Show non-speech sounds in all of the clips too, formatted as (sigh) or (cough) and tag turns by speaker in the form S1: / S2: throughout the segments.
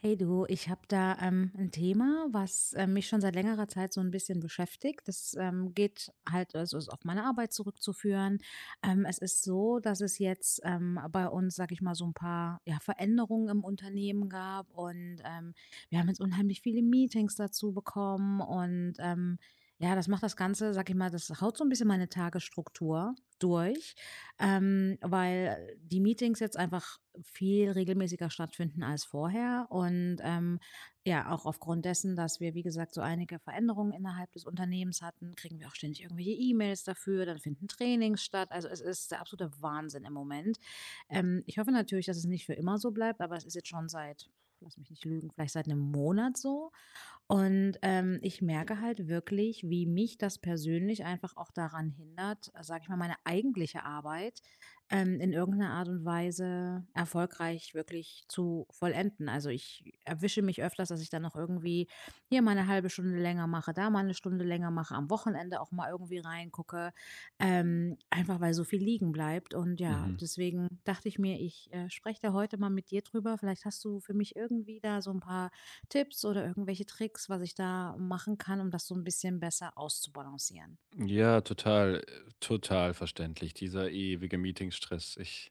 S1: Hey du, ich habe da ein Thema, was mich schon seit längerer Zeit so ein bisschen beschäftigt. Das geht halt, also ist auf meine Arbeit zurückzuführen. Es ist so, dass es jetzt bei uns, sag ich mal, so ein paar ja, Veränderungen im Unternehmen gab und wir haben jetzt unheimlich viele Meetings dazu bekommen und ja, das macht das Ganze, sag ich mal, das haut so ein bisschen meine Tagesstruktur durch, weil die Meetings jetzt einfach viel regelmäßiger stattfinden als vorher. Und ja, auch aufgrund dessen, dass wir, wie gesagt, so einige Veränderungen innerhalb des Unternehmens hatten, kriegen wir auch ständig irgendwelche E-Mails dafür, dann finden Trainings statt. Also es ist der absolute Wahnsinn im Moment. Ich hoffe natürlich, dass es nicht für immer so bleibt, aber es ist jetzt schon seit, lass mich nicht lügen, vielleicht seit einem Monat so. Und, ich merke halt wirklich, wie mich das persönlich einfach auch daran hindert, sage ich mal, meine eigentliche Arbeit, in irgendeiner Art und Weise erfolgreich wirklich zu vollenden. Also, ich erwische mich öfters, dass ich dann noch irgendwie hier mal 'ne 1 Stunde länger mache, da mal 'ne Stunde länger mache, am Wochenende auch mal irgendwie reingucke, einfach weil so viel liegen bleibt. Und ja,
S2: Mhm.
S1: deswegen dachte ich mir, ich spreche da heute mal mit dir drüber. Vielleicht hast du für mich irgendwie da so ein paar Tipps oder irgendwelche Tricks, was ich da machen kann, um das so ein bisschen besser auszubalancieren?
S2: Ja, total, total verständlich. Dieser ewige Meetingstress.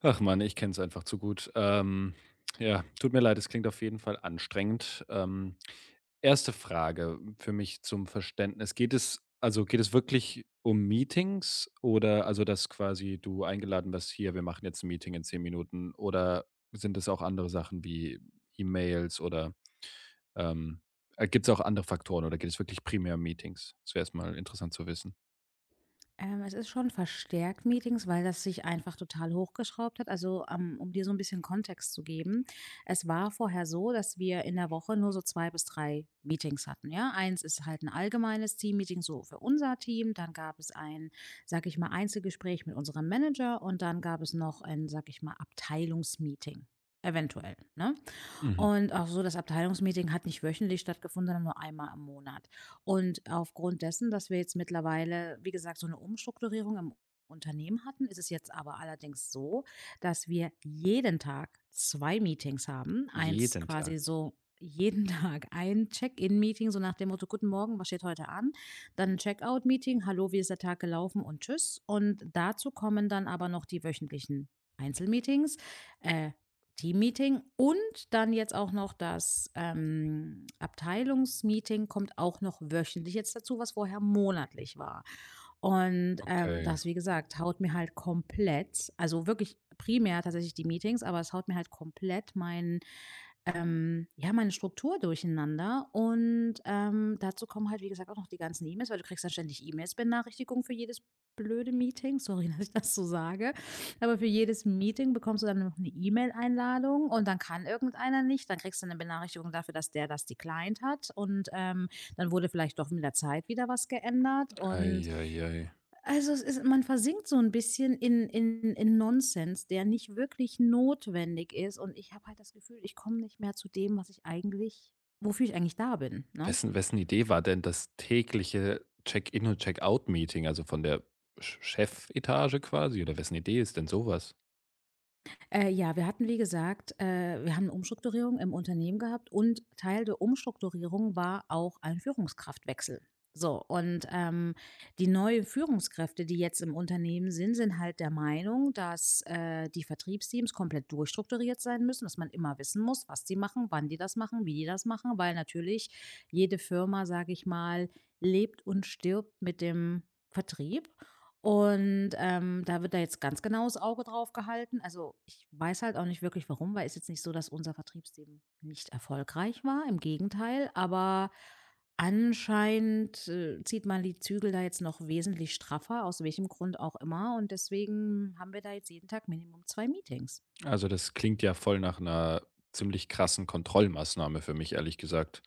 S2: Ach Mann, ich kenne es einfach zu gut. Ja, tut mir leid, es klingt auf jeden Fall anstrengend. Erste Frage für mich zum Verständnis. Also geht es wirklich um Meetings oder also, dass quasi du eingeladen wirst, hier, wir machen jetzt ein Meeting in zehn Minuten oder sind es auch andere Sachen wie E-Mails oder Ähm, gibt's auch andere Faktoren oder geht es wirklich primär um Meetings? Das wäre erst mal interessant zu wissen.
S1: Es ist schon verstärkt Meetings, weil das sich einfach total hochgeschraubt hat. Also, um dir so ein bisschen Kontext zu geben, es war vorher so, dass wir in der Woche nur so 2 bis 3 Meetings hatten, ja? Eins ist halt ein allgemeines Teammeeting so für unser Team, dann gab es ein, sage ich mal, Einzelgespräch mit unserem Manager und dann gab es noch ein, sage ich mal, Abteilungsmeeting, eventuell, ne?
S2: Mhm.
S1: Und auch so, das Abteilungsmeeting hat nicht wöchentlich stattgefunden, sondern nur einmal im Monat. Und aufgrund dessen, dass wir jetzt mittlerweile, wie gesagt, so eine Umstrukturierung im Unternehmen hatten, ist es jetzt aber allerdings so, dass wir jeden Tag zwei Meetings haben. Eins
S2: Jeden Tag.
S1: quasi so jeden (laughs) Tag ein Check-in-Meeting, so nach dem Motto: guten Morgen, was steht heute an? Dann ein Check-out-Meeting: hallo, wie ist der Tag gelaufen und tschüss. Und dazu kommen dann aber noch die wöchentlichen Einzelmeetings, äh, Teammeeting und dann jetzt auch noch das Abteilungsmeeting kommt auch noch wöchentlich jetzt dazu, was vorher monatlich war. Und
S2: Okay.
S1: das, wie gesagt, haut mir halt komplett, also wirklich primär tatsächlich die Meetings, aber es haut mir halt komplett meinen ja, meine Struktur durcheinander, und dazu kommen halt, wie gesagt, auch noch die ganzen E-Mails, weil du kriegst dann ständig E-Mails-Benachrichtigungen für jedes blöde Meeting. Sorry, (laughs) dass ich das so sage. Aber für jedes Meeting bekommst du dann noch eine E-Mail-Einladung und dann kann irgendeiner nicht. Dann kriegst du eine Benachrichtigung dafür, dass der das declined hat, und, dann wurde vielleicht doch mit der Zeit wieder was geändert,
S2: Ei,
S1: und
S2: ei, ei.
S1: also, es ist man versinkt so ein bisschen in Nonsens, der nicht wirklich notwendig ist, und ich habe halt das Gefühl, ich komme nicht mehr zu dem, was ich eigentlich wofür ich eigentlich da bin, ne?
S2: Wessen Idee war denn das tägliche Check-in und Check-out-Meeting, also von der Ch Chefetage quasi oder wessen Idee ist denn sowas?
S1: Ja, wir hatten, wie gesagt, wir haben eine Umstrukturierung im Unternehmen gehabt und Teil der Umstrukturierung war auch ein Führungskraftwechsel. So, und, die neuen Führungskräfte, die jetzt im Unternehmen sind, sind halt der Meinung, dass die Vertriebsteams komplett durchstrukturiert sein müssen, dass man immer wissen muss, was sie machen, wann die das machen, wie die das machen, weil natürlich jede Firma, sage ich mal, lebt und stirbt mit dem Vertrieb, und, da wird da jetzt ganz genaues Auge drauf gehalten. Also, ich weiß halt auch nicht wirklich warum, weil es jetzt nicht so, dass unser Vertriebsteam nicht erfolgreich war, im Gegenteil, aber anscheinend, zieht man die Zügel da jetzt noch wesentlich straffer, aus welchem Grund auch immer, und deswegen haben wir da jetzt jeden Tag Minimum 2 Meetings.
S2: Also, das klingt ja voll nach einer ziemlich krassen Kontrollmaßnahme für mich, ehrlich gesagt.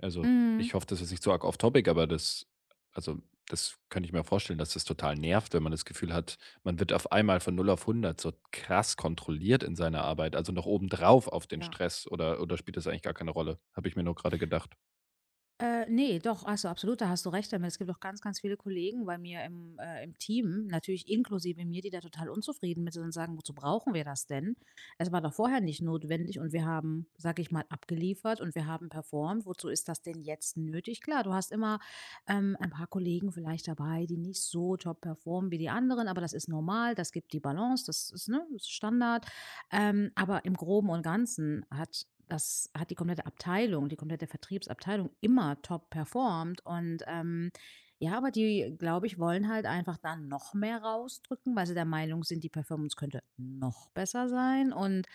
S2: Also, ich
S1: Mhm.
S2: hoffe, das ist nicht so arg off topic, aber also, das könnte ich mir vorstellen, dass das total nervt, wenn man das Gefühl hat, man wird auf einmal von null auf hundert so krass kontrolliert in seiner Arbeit, also, noch obendrauf auf den
S1: Ja.
S2: Stress oder spielt das eigentlich gar keine Rolle? Habe ich mir nur gerade gedacht.
S1: Ne, doch, also absolut, da hast du recht damit. Es gibt auch ganz, ganz viele Kollegen bei mir im Team, natürlich inklusive mir, die da total unzufrieden mit sind und sagen, wozu brauchen wir das denn? Es war doch vorher nicht notwendig und wir haben, sag ich mal, abgeliefert und wir haben performt. Wozu ist das denn jetzt nötig? Klar, du hast immer ein paar Kollegen vielleicht dabei, die nicht so top performen wie die anderen, aber das ist normal, das gibt die Balance, das ist, ne, das ist Standard. Aber im Groben und Ganzen hat das hat die komplette Abteilung, die komplette Vertriebsabteilung, immer top performt, und, ja, aber die, glaube ich, wollen halt einfach da noch mehr rausdrücken, weil sie der Meinung sind, die Performance könnte noch besser sein. Und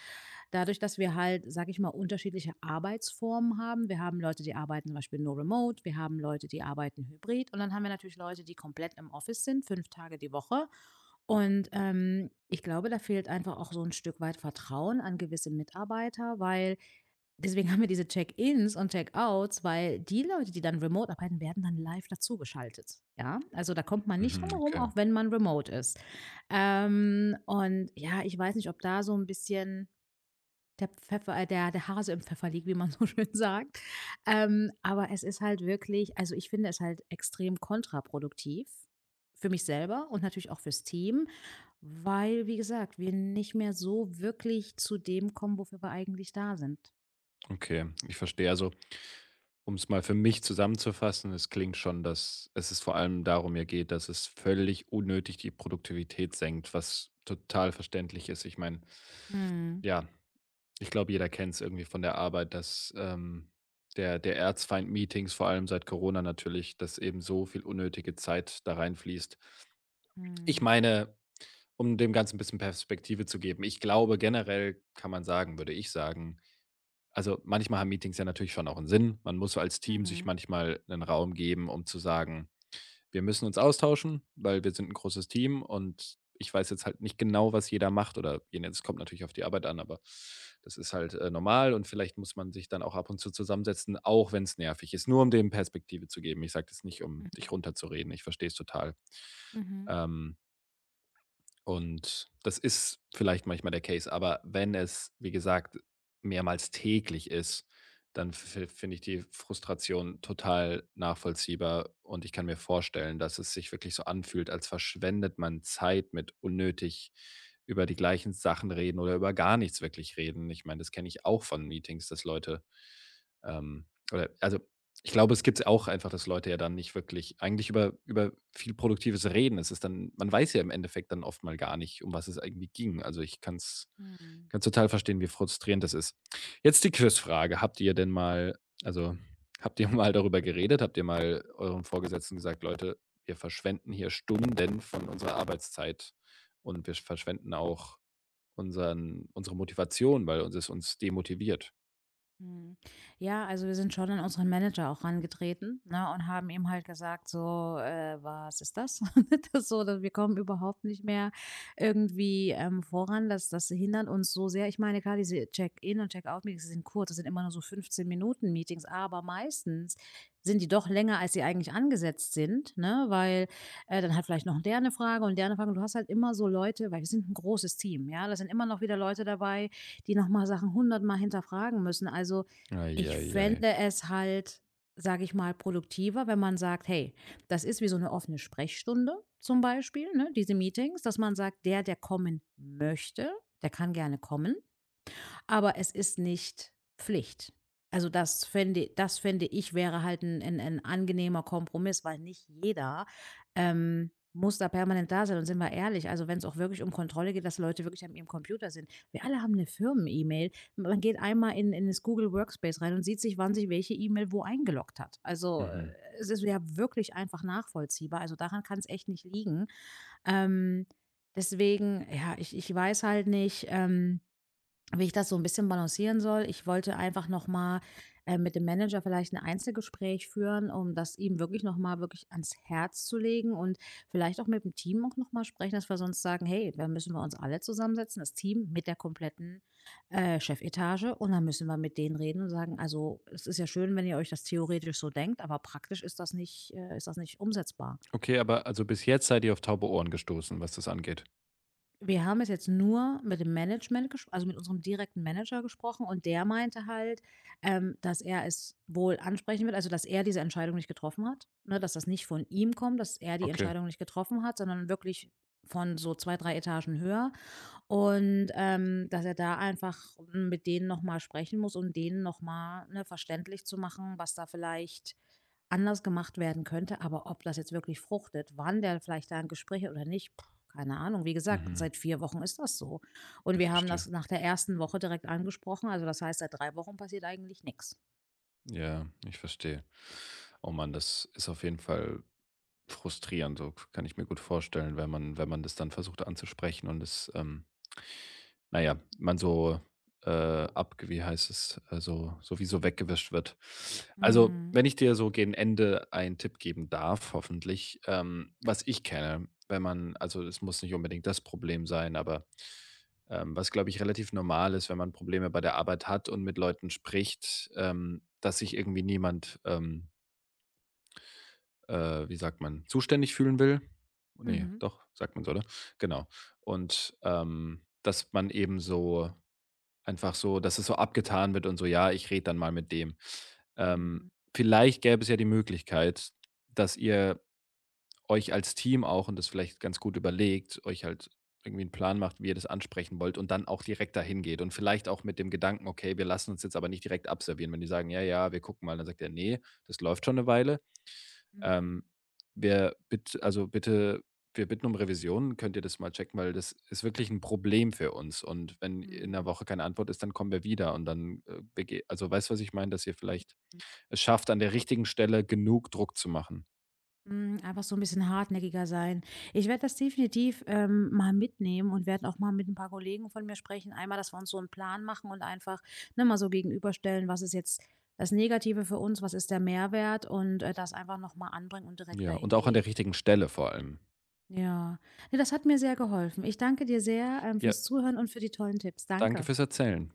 S1: dadurch, dass wir halt, sage ich mal, unterschiedliche Arbeitsformen haben, wir haben Leute, die arbeiten zum Beispiel nur remote, wir haben Leute, die arbeiten hybrid, und dann haben wir natürlich Leute, die komplett im Office sind, 5 Tage die Woche. Und, ich glaube, da fehlt einfach auch so ein Stück weit Vertrauen an gewisse Mitarbeiter, weil Deswegen haben wir diese Check-ins und Check-outs, weil die Leute, die dann remote arbeiten, werden dann live dazugeschaltet. Ja, also da kommt man nicht
S2: Mhm,
S1: drum herum,
S2: okay,
S1: auch wenn man remote ist. Und ja, ich weiß nicht, ob da so ein bisschen der Hase im Pfeffer liegt, wie man (laughs) so schön sagt. Aber es ist halt wirklich, also ich finde es halt extrem kontraproduktiv für mich selber und natürlich auch fürs Team, weil, wie gesagt, wir nicht mehr so wirklich zu dem kommen, wofür wir eigentlich da sind.
S2: okay, ich verstehe. Also, um es mal für mich zusammenzufassen, es klingt schon, dass es ist vor allem darum ja geht, dass es völlig unnötig die Produktivität senkt, was total verständlich ist. Ich meine,
S1: Mm.
S2: ja, ich glaube, jeder kennt es irgendwie von der Arbeit, dass, der Erzfeind Meetings, vor allem seit Corona natürlich, dass eben so viel unnötige Zeit da reinfließt. Ich
S1: Mhm.
S2: meine, um dem Ganzen ein bisschen Perspektive zu geben, ich glaube, generell kann man sagen würde ich sagen, also manchmal haben Meetings ja natürlich schon auch einen Sinn. Man muss als Team sich
S1: Mhm.
S2: manchmal einen Raum geben, um zu sagen: „Wir müssen uns austauschen, weil wir sind ein großes Team und ich weiß jetzt halt nicht genau, was jeder macht“ oder je ne, kommt natürlich auf die Arbeit an, aber das ist halt, normal und vielleicht muss man sich dann auch ab und zu zusammensetzen, auch wenn es nervig ist, nur um dem Perspektive zu geben. Ich sage das nicht, um dich
S1: Mhm.
S2: runterzureden. Ich verstehe es total.
S1: Mhm.
S2: Ähm und das ist vielleicht manchmal der Case, aber wenn es, wie gesagt, mehrmals täglich ist, dann fi finde ich die Frustration total nachvollziehbar und ich kann mir vorstellen, dass es sich wirklich so anfühlt, als verschwendet man Zeit mit unnötig über die gleichen Sachen reden oder über gar nichts wirklich reden. Ich meine, das kenne ich auch von Meetings, dass Leute ähm, oder also, ich glaube, es gibt auch einfach, dass Leute ja dann nicht wirklich eigentlich über viel Produktives reden. Es ist dann man weiß ja im Endeffekt dann oft mal gar nicht, um was es irgendwie ging. Also, ich
S1: Mhm.
S2: kann total verstehen, wie frustrierend das ist. Jetzt die Quizfrage: also, Habt ihr (laughs) mal darüber geredet? Habt ihr mal euren Vorgesetzten gesagt: „Leute, wir verschwenden hier Stunden von unserer Arbeitszeit und wir verschwenden auch unsere Motivation, weil uns es uns demotiviert?“
S1: Mhm. Ja, also wir sind schon an unseren Manager auch rangetreten, ne, und haben ihm halt gesagt, so, was ist das? (laughs) Das ist so, dass wir kommen überhaupt nicht mehr irgendwie voran. Das, das hindert uns so sehr. Ich meine, klar, diese Check-in- und Check-out-Meetings sind kurz, das sind immer nur so 15 Minuten Meetings, aber meistens sind die doch länger, als sie eigentlich angesetzt sind, ne? Weil dann hat vielleicht noch der eine Frage und der eine Frage. Und du hast halt immer so Leute, weil wir sind ein großes Team, ja, da sind immer noch wieder Leute dabei, die nochmal Sachen hundertmal hinterfragen müssen. Also,
S2: Ei,
S1: ich
S2: ei, ei.
S1: fände es halt, sage ich mal, produktiver, wenn man sagt: „Hey, das ist wie so eine offene Sprechstunde“, zum Beispiel, ne, diese Meetings, dass man sagt: „Der, der kommen möchte, der kann gerne kommen. Aber es ist nicht Pflicht. Also, das fände, das fände ich, wäre halt ein 'n angenehmer Kompromiss, weil nicht jeder, ähm, muss da permanent da sein, und sind wir ehrlich, also, wenn es auch wirklich um Kontrolle geht, dass Leute wirklich an ihrem Computer sind. Wir alle haben eine Firmen-E-Mail. Man geht einmal in das Google Workspace rein und sieht sich, wann sich welche E-Mail wo eingeloggt hat. Also,
S2: Mhm.
S1: es ist ja wirklich einfach nachvollziehbar. Also, daran kann es echt nicht liegen. Ähm, Deswegen, ja, ich weiß halt nicht, wie ich das so ein bisschen balancieren soll. Ich wollte einfach noch mal, mit dem Manager vielleicht ein Einzelgespräch führen, um das ihm wirklich noch mal wirklich ans Herz zu legen, und vielleicht auch mit dem Team auch noch mal sprechen, dass wir sonst sagen: „Hey, dann müssen wir uns alle zusammensetzen, das Team mit der kompletten, Chefetage, und dann müssen wir mit denen reden und sagen: „Also, es ist ja schön, wenn ihr euch das theoretisch so denkt, aber praktisch ist das nicht umsetzbar.“
S2: Okay, aber also bis jetzt seid ihr auf taube Ohren gestoßen, was das angeht?
S1: Wir haben es jetzt nur mit dem Management gesch also mit unserem direkten Manager gesprochen, und der meinte halt, dass er es wohl ansprechen wird, also dass er diese Entscheidung nicht getroffen hat, ne, dass das nicht von ihm kommt, dass er die
S2: Okay.
S1: Entscheidung nicht getroffen hat, sondern wirklich von so zwei, 3 Etagen höher, und, dass er da einfach mit denen noch mal sprechen muss, um denen noch mal, ne, verständlich zu machen, was da vielleicht anders gemacht werden könnte, aber ob das jetzt wirklich fruchtet, wann der vielleicht da ein Gespräch hat oder nicht, pff, keine Ahnung. Wie gesagt,
S2: Mhm.
S1: seit 4 Wochen ist das so. Und
S2: Ich
S1: wir haben das
S2: verstehe.
S1: nach der ersten Woche direkt angesprochen. Also, das heißt, seit 3 Wochen passiert eigentlich nichts.
S2: Ja, ich verstehe. Oh Mann, das ist auf jeden Fall frustrierend, so kann ich mir gut vorstellen, wenn man das dann versucht anzusprechen und es na ja, man so, ab wie heißt es, so weggewischt wird. Also,
S1: Mhm.
S2: wenn ich dir so gegen Ende einen Tipp geben darf, hoffentlich, was ich kenne, wenn man also, es muss nicht unbedingt das Problem sein, aber, was, glaube ich, relativ normal ist, wenn man Probleme bei der Arbeit hat und mit Leuten spricht, dass sich irgendwie niemand, wie sagt man, zuständig fühlen will? Ne,
S1: Mhm.
S2: doch, sagt man so, oder? Genau. Und, dass man eben so einfach so, dass es so abgetan wird und so: „Ja, ich rede dann mal mit dem.“
S1: Mhm.
S2: Vielleicht gäbe es ja die Möglichkeit, dass ihr euch als Team auch und das vielleicht ganz gut überlegt, euch halt irgendwie einen Plan macht, wie ihr das ansprechen wollt und dann auch direkt dahin geht und vielleicht auch mit dem Gedanken: „Okay, wir lassen uns jetzt aber nicht direkt abservieren.“ Wenn die sagen: „Ja, ja, wir gucken mal“, dann sagt er: nee, das läuft schon eine Weile.“
S1: Mhm.
S2: ähm, wir bitte, also bitte, wir bitten um Revision. Könnt ihr das mal checken, weil das ist wirklich ein Problem für uns. Und wenn in 'ner
S1: Mhm.
S2: Woche keine Antwort ist, dann kommen wir wieder und dann, bege also weißt du, was ich meine? Dass ihr vielleicht es schafft, an der richtigen Stelle genug Druck zu machen.
S1: Hm, einfach so ein bisschen hartnäckiger sein. Ich werde das definitiv, mal mitnehmen und werde auch mal mit ein paar Kollegen von mir sprechen. Einmal, dass wir uns so einen Plan machen und einfach, ne, mal so gegenüberstellen, was ist jetzt das Negative für uns, was ist der Mehrwert, und das einfach noch mal anbringen und direkt
S2: Ja, und
S1: dahin
S2: auch an der
S1: gehen.
S2: richtigen Stelle vor allem.
S1: Ja. Ne, das hat mir sehr geholfen. Ich danke dir sehr,
S2: Ja,
S1: fürs Zuhören und für die tollen Tipps.
S2: danke
S1: Danke.
S2: fürs Erzählen.